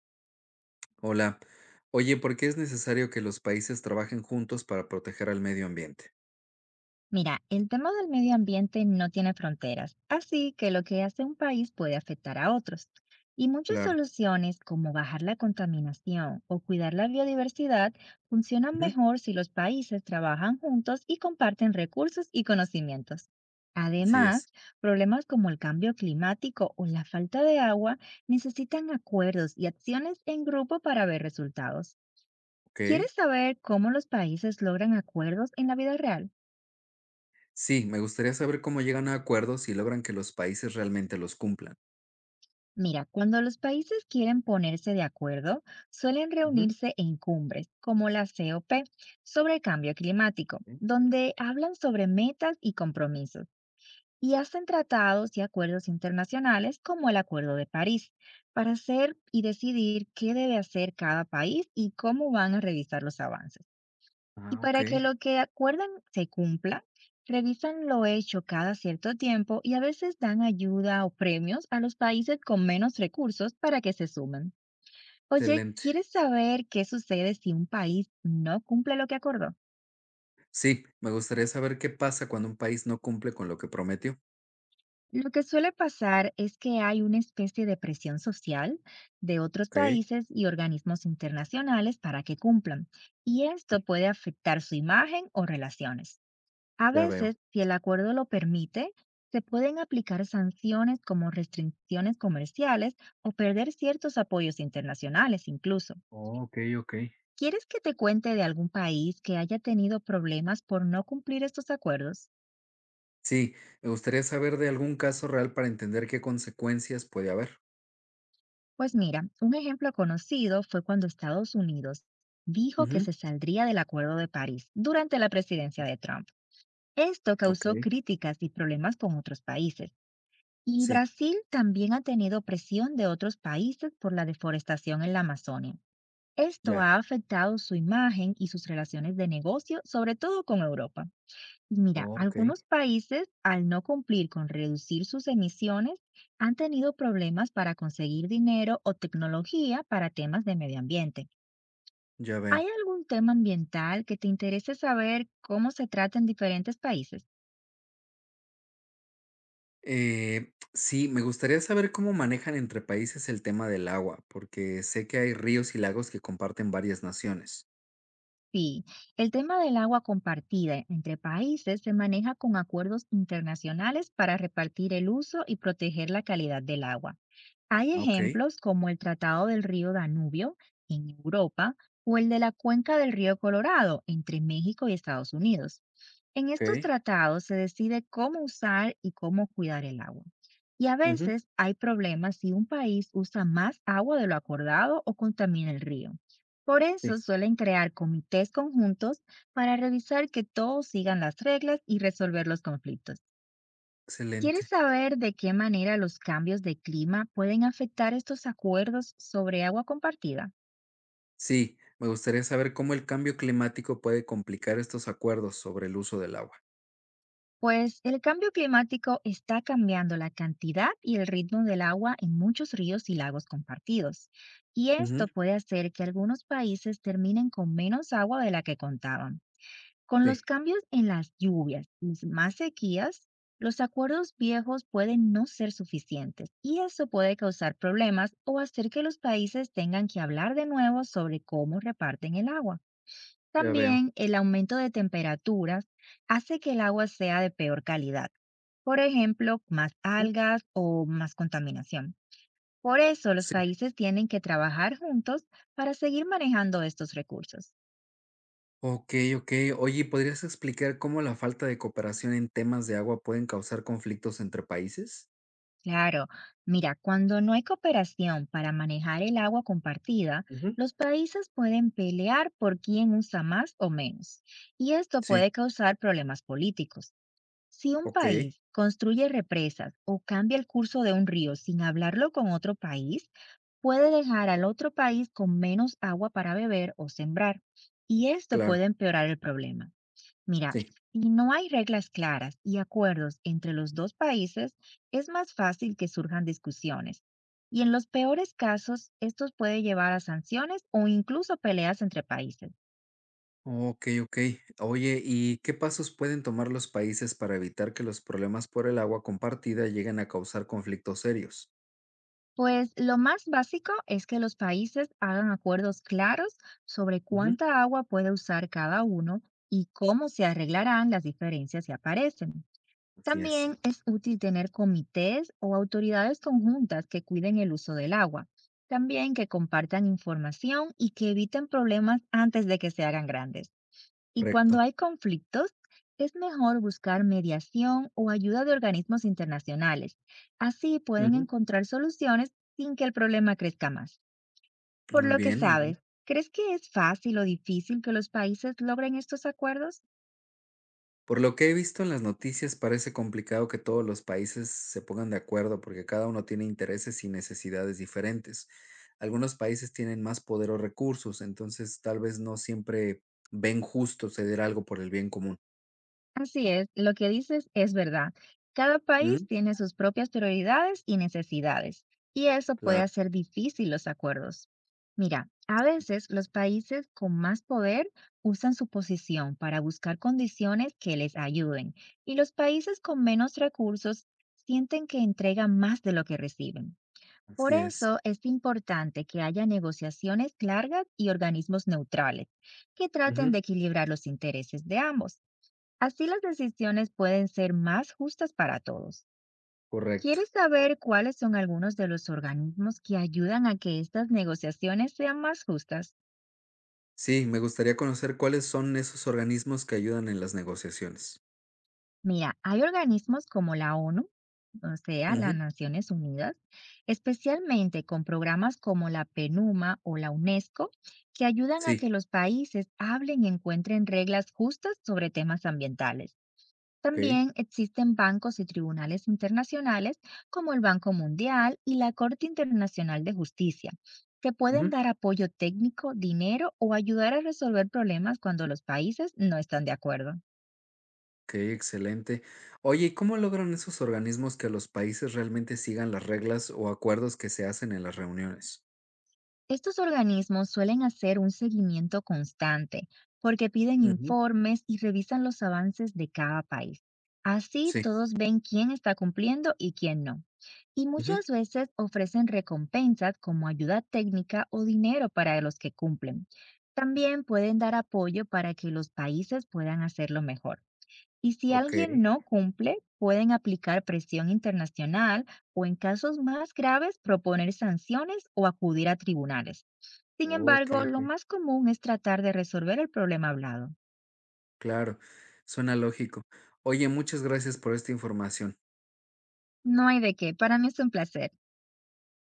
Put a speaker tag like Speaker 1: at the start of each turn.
Speaker 1: Hola. Oye, ¿por qué es necesario que los países trabajen juntos para proteger al medio ambiente?
Speaker 2: Mira, el tema del medio ambiente no tiene fronteras, así que lo que hace un país puede afectar a otros. Y muchas
Speaker 1: Claro.
Speaker 2: soluciones como bajar la contaminación o cuidar la biodiversidad funcionan
Speaker 1: Ujú.
Speaker 2: mejor si los países trabajan juntos y comparten recursos y conocimientos.
Speaker 1: Así es.
Speaker 2: Además, problemas como el cambio climático o la falta de agua necesitan acuerdos y acciones en grupo para ver resultados.
Speaker 1: Ok.
Speaker 2: ¿Quieres saber cómo los países logran acuerdos en la vida real?
Speaker 1: Sí, me gustaría saber cómo llegan a acuerdos y logran que los países realmente los cumplan.
Speaker 2: Mira, cuando los países quieren ponerse de acuerdo, suelen
Speaker 1: Ujú.
Speaker 2: reunirse en cumbres, como la COP, sobre el cambio climático,
Speaker 1: Ok.
Speaker 2: donde hablan sobre metas y compromisos, y hacen tratados y acuerdos internacionales como el Acuerdo de París, para hacer y decidir qué debe hacer cada país y cómo van a revisar los avances. Y
Speaker 1: Ah, ok.
Speaker 2: para que lo que acuerdan se cumpla, revisan lo hecho cada cierto tiempo y a veces dan ayuda o premios a los países con menos recursos para que se sumen. Oye,
Speaker 1: Excelente.
Speaker 2: ¿quieres saber qué sucede si un país no cumple lo que acordó?
Speaker 1: Sí, me gustaría saber qué pasa cuando un país no cumple con lo que prometió.
Speaker 2: Lo que suele pasar es que hay una especie de presión social de otros
Speaker 1: Ok.
Speaker 2: países y organismos internacionales para que cumplan, y esto
Speaker 1: Sí,
Speaker 2: puede afectar su imagen o relaciones. A
Speaker 1: ya veo.
Speaker 2: veces, si el acuerdo lo permite, se pueden aplicar sanciones como restricciones comerciales o perder ciertos apoyos internacionales incluso.
Speaker 1: Oh, ok, ok.
Speaker 2: ¿Quieres que te cuente de algún país que haya tenido problemas por no cumplir estos acuerdos?
Speaker 1: Sí, me gustaría saber de algún caso real para entender qué consecuencias puede haber.
Speaker 2: Pues mira, un ejemplo conocido fue cuando Estados Unidos dijo que
Speaker 1: Ujú.
Speaker 2: se saldría del Acuerdo de París durante la presidencia de Trump. Esto
Speaker 1: Ok,
Speaker 2: causó críticas y problemas con otros países. Y
Speaker 1: sí,
Speaker 2: Brasil también ha tenido presión de otros países por la deforestación en la Amazonia. Esto
Speaker 1: ya.
Speaker 2: ha afectado su imagen y sus relaciones de negocio, sobre todo con Europa. Y mira,
Speaker 1: Oh, ok.
Speaker 2: algunos países, al no cumplir con reducir sus emisiones, han tenido problemas para conseguir dinero o tecnología para temas de medio ambiente.
Speaker 1: Ya veo.
Speaker 2: ¿Hay algún tema ambiental que te interese saber cómo se trata en diferentes países?
Speaker 1: Sí, me gustaría saber cómo manejan entre países el tema del agua, porque sé que hay ríos y lagos que comparten varias naciones.
Speaker 2: Sí, el tema del agua compartida entre países se maneja con acuerdos internacionales para repartir el uso y proteger la calidad del agua. Hay
Speaker 1: Ah, ok,
Speaker 2: ejemplos como el Tratado del Río Danubio en Europa o el de la Cuenca del Río Colorado entre México y Estados Unidos. En estos
Speaker 1: ok.
Speaker 2: tratados se decide cómo usar y cómo cuidar el agua. Y a
Speaker 1: Ujú,
Speaker 2: veces hay problemas si un país usa más agua de lo acordado o contamina el río. Por eso
Speaker 1: sí.
Speaker 2: suelen crear comités conjuntos para revisar que todos sigan las reglas y resolver los conflictos. ¿Quieres
Speaker 1: Excelente.
Speaker 2: saber de qué manera los cambios de clima pueden afectar estos acuerdos sobre agua compartida?
Speaker 1: Sí, me gustaría saber cómo el cambio climático puede complicar estos acuerdos sobre el uso del agua.
Speaker 2: Pues el cambio climático está cambiando la cantidad y el ritmo del agua en muchos ríos y lagos compartidos, y
Speaker 1: Ujú,
Speaker 2: esto puede hacer que algunos países terminen con menos agua de la que contaban. Con los
Speaker 1: sí.
Speaker 2: cambios en las lluvias y más sequías, los acuerdos viejos pueden no ser suficientes y eso puede causar problemas o hacer que los países tengan que hablar de nuevo sobre cómo reparten el agua.
Speaker 1: Ya veo.
Speaker 2: También el aumento de temperaturas hace que el agua sea de peor calidad, por ejemplo, más
Speaker 1: Ujú.
Speaker 2: algas o más contaminación. Por eso los
Speaker 1: Sí.
Speaker 2: países tienen que trabajar juntos para seguir manejando estos recursos.
Speaker 1: Ok, ok. Oye, ¿podrías explicar cómo la falta de cooperación en temas de agua pueden causar conflictos entre países?
Speaker 2: Claro, mira, cuando no hay cooperación para manejar el agua compartida,
Speaker 1: Ujú.
Speaker 2: los países pueden pelear por quién usa más o menos, y esto puede
Speaker 1: Sí,
Speaker 2: causar problemas políticos. Si un
Speaker 1: ok,
Speaker 2: país construye represas o cambia el curso de un río sin hablarlo con otro país, puede dejar al otro país con menos agua para beber o sembrar, y esto
Speaker 1: claro,
Speaker 2: puede empeorar el problema. Mira,
Speaker 1: sí.
Speaker 2: si no hay reglas claras y acuerdos entre los dos países, es más fácil que surjan discusiones. Y en los peores casos, estos puede llevar a sanciones o incluso peleas entre países.
Speaker 1: Okey, okey. Oye, ¿y qué pasos pueden tomar los países para evitar que los problemas por el agua compartida lleguen a causar conflictos serios?
Speaker 2: Pues lo más básico es que los países hagan acuerdos claros sobre
Speaker 1: Ujú.
Speaker 2: cuánta agua puede usar cada uno y cómo se arreglarán las diferencias si aparecen.
Speaker 1: Así es,
Speaker 2: También es útil tener comités o autoridades conjuntas que cuiden el uso del agua, también que compartan información y que eviten problemas antes de que se hagan grandes. Y cuando
Speaker 1: correcto.
Speaker 2: hay conflictos, es mejor buscar mediación o ayuda de organismos internacionales. Así pueden
Speaker 1: Ujú.
Speaker 2: encontrar soluciones sin que el problema crezca más. Por
Speaker 1: Muy
Speaker 2: lo que
Speaker 1: bien, muy bien.
Speaker 2: sabes, ¿crees que es fácil o difícil que los países logren estos acuerdos?
Speaker 1: Por lo que he visto en las noticias, parece complicado que todos los países se pongan de acuerdo porque cada uno tiene intereses y necesidades diferentes. Algunos países tienen más poder o recursos, entonces tal vez no siempre ven justo ceder algo por el bien común.
Speaker 2: Así es, lo que dices es verdad. Cada país
Speaker 1: Ujú.
Speaker 2: tiene sus propias prioridades y necesidades, y eso puede
Speaker 1: Claro,
Speaker 2: hacer difícil los acuerdos. Mira, a veces los países con más poder usan su posición para buscar condiciones que les ayuden, y los países con menos recursos sienten que entregan más de lo que reciben. Por
Speaker 1: así es.
Speaker 2: eso es importante que haya negociaciones largas y organismos neutrales que traten
Speaker 1: Ujú.
Speaker 2: de equilibrar los intereses de ambos. Así las decisiones pueden ser más justas para todos.
Speaker 1: Correcto.
Speaker 2: ¿Quieres saber cuáles son algunos de los organismos que ayudan a que estas negociaciones sean más justas?
Speaker 1: Sí, me gustaría conocer cuáles son esos organismos que ayudan en las negociaciones.
Speaker 2: Mira, hay organismos como la ONU, o sea, las
Speaker 1: Ujú,
Speaker 2: Naciones Unidas, especialmente con programas como la PENUMA o la UNESCO, que ayudan a
Speaker 1: sí,
Speaker 2: que los países hablen y encuentren reglas justas sobre temas ambientales.
Speaker 1: ok.
Speaker 2: También existen bancos y tribunales internacionales como el Banco Mundial y la Corte Internacional de Justicia, que pueden
Speaker 1: Ujú,
Speaker 2: dar apoyo técnico, dinero o ayudar a resolver problemas cuando los países no están de acuerdo.
Speaker 1: ok, excelente. Oye, ¿y cómo logran esos organismos que los países realmente sigan las reglas o acuerdos que se hacen en las reuniones?
Speaker 2: Estos organismos suelen hacer un seguimiento constante porque piden
Speaker 1: Ujú,
Speaker 2: informes y revisan los avances de cada país. Así
Speaker 1: sí.
Speaker 2: todos ven quién está cumpliendo y quién no. Y
Speaker 1: Ujú,
Speaker 2: muchas veces ofrecen recompensas como ayuda técnica o dinero para los que cumplen. También pueden dar apoyo para que los países puedan hacerlo mejor. Y si
Speaker 1: ok.
Speaker 2: alguien no cumple, pueden aplicar presión internacional o en casos más graves proponer sanciones o acudir a tribunales. Sin
Speaker 1: Ok,
Speaker 2: embargo, lo
Speaker 1: ok.
Speaker 2: más común es tratar de resolver el problema hablado.
Speaker 1: Claro, suena lógico. Oye, muchas gracias por esta información.
Speaker 2: No hay de qué, para mí es un placer.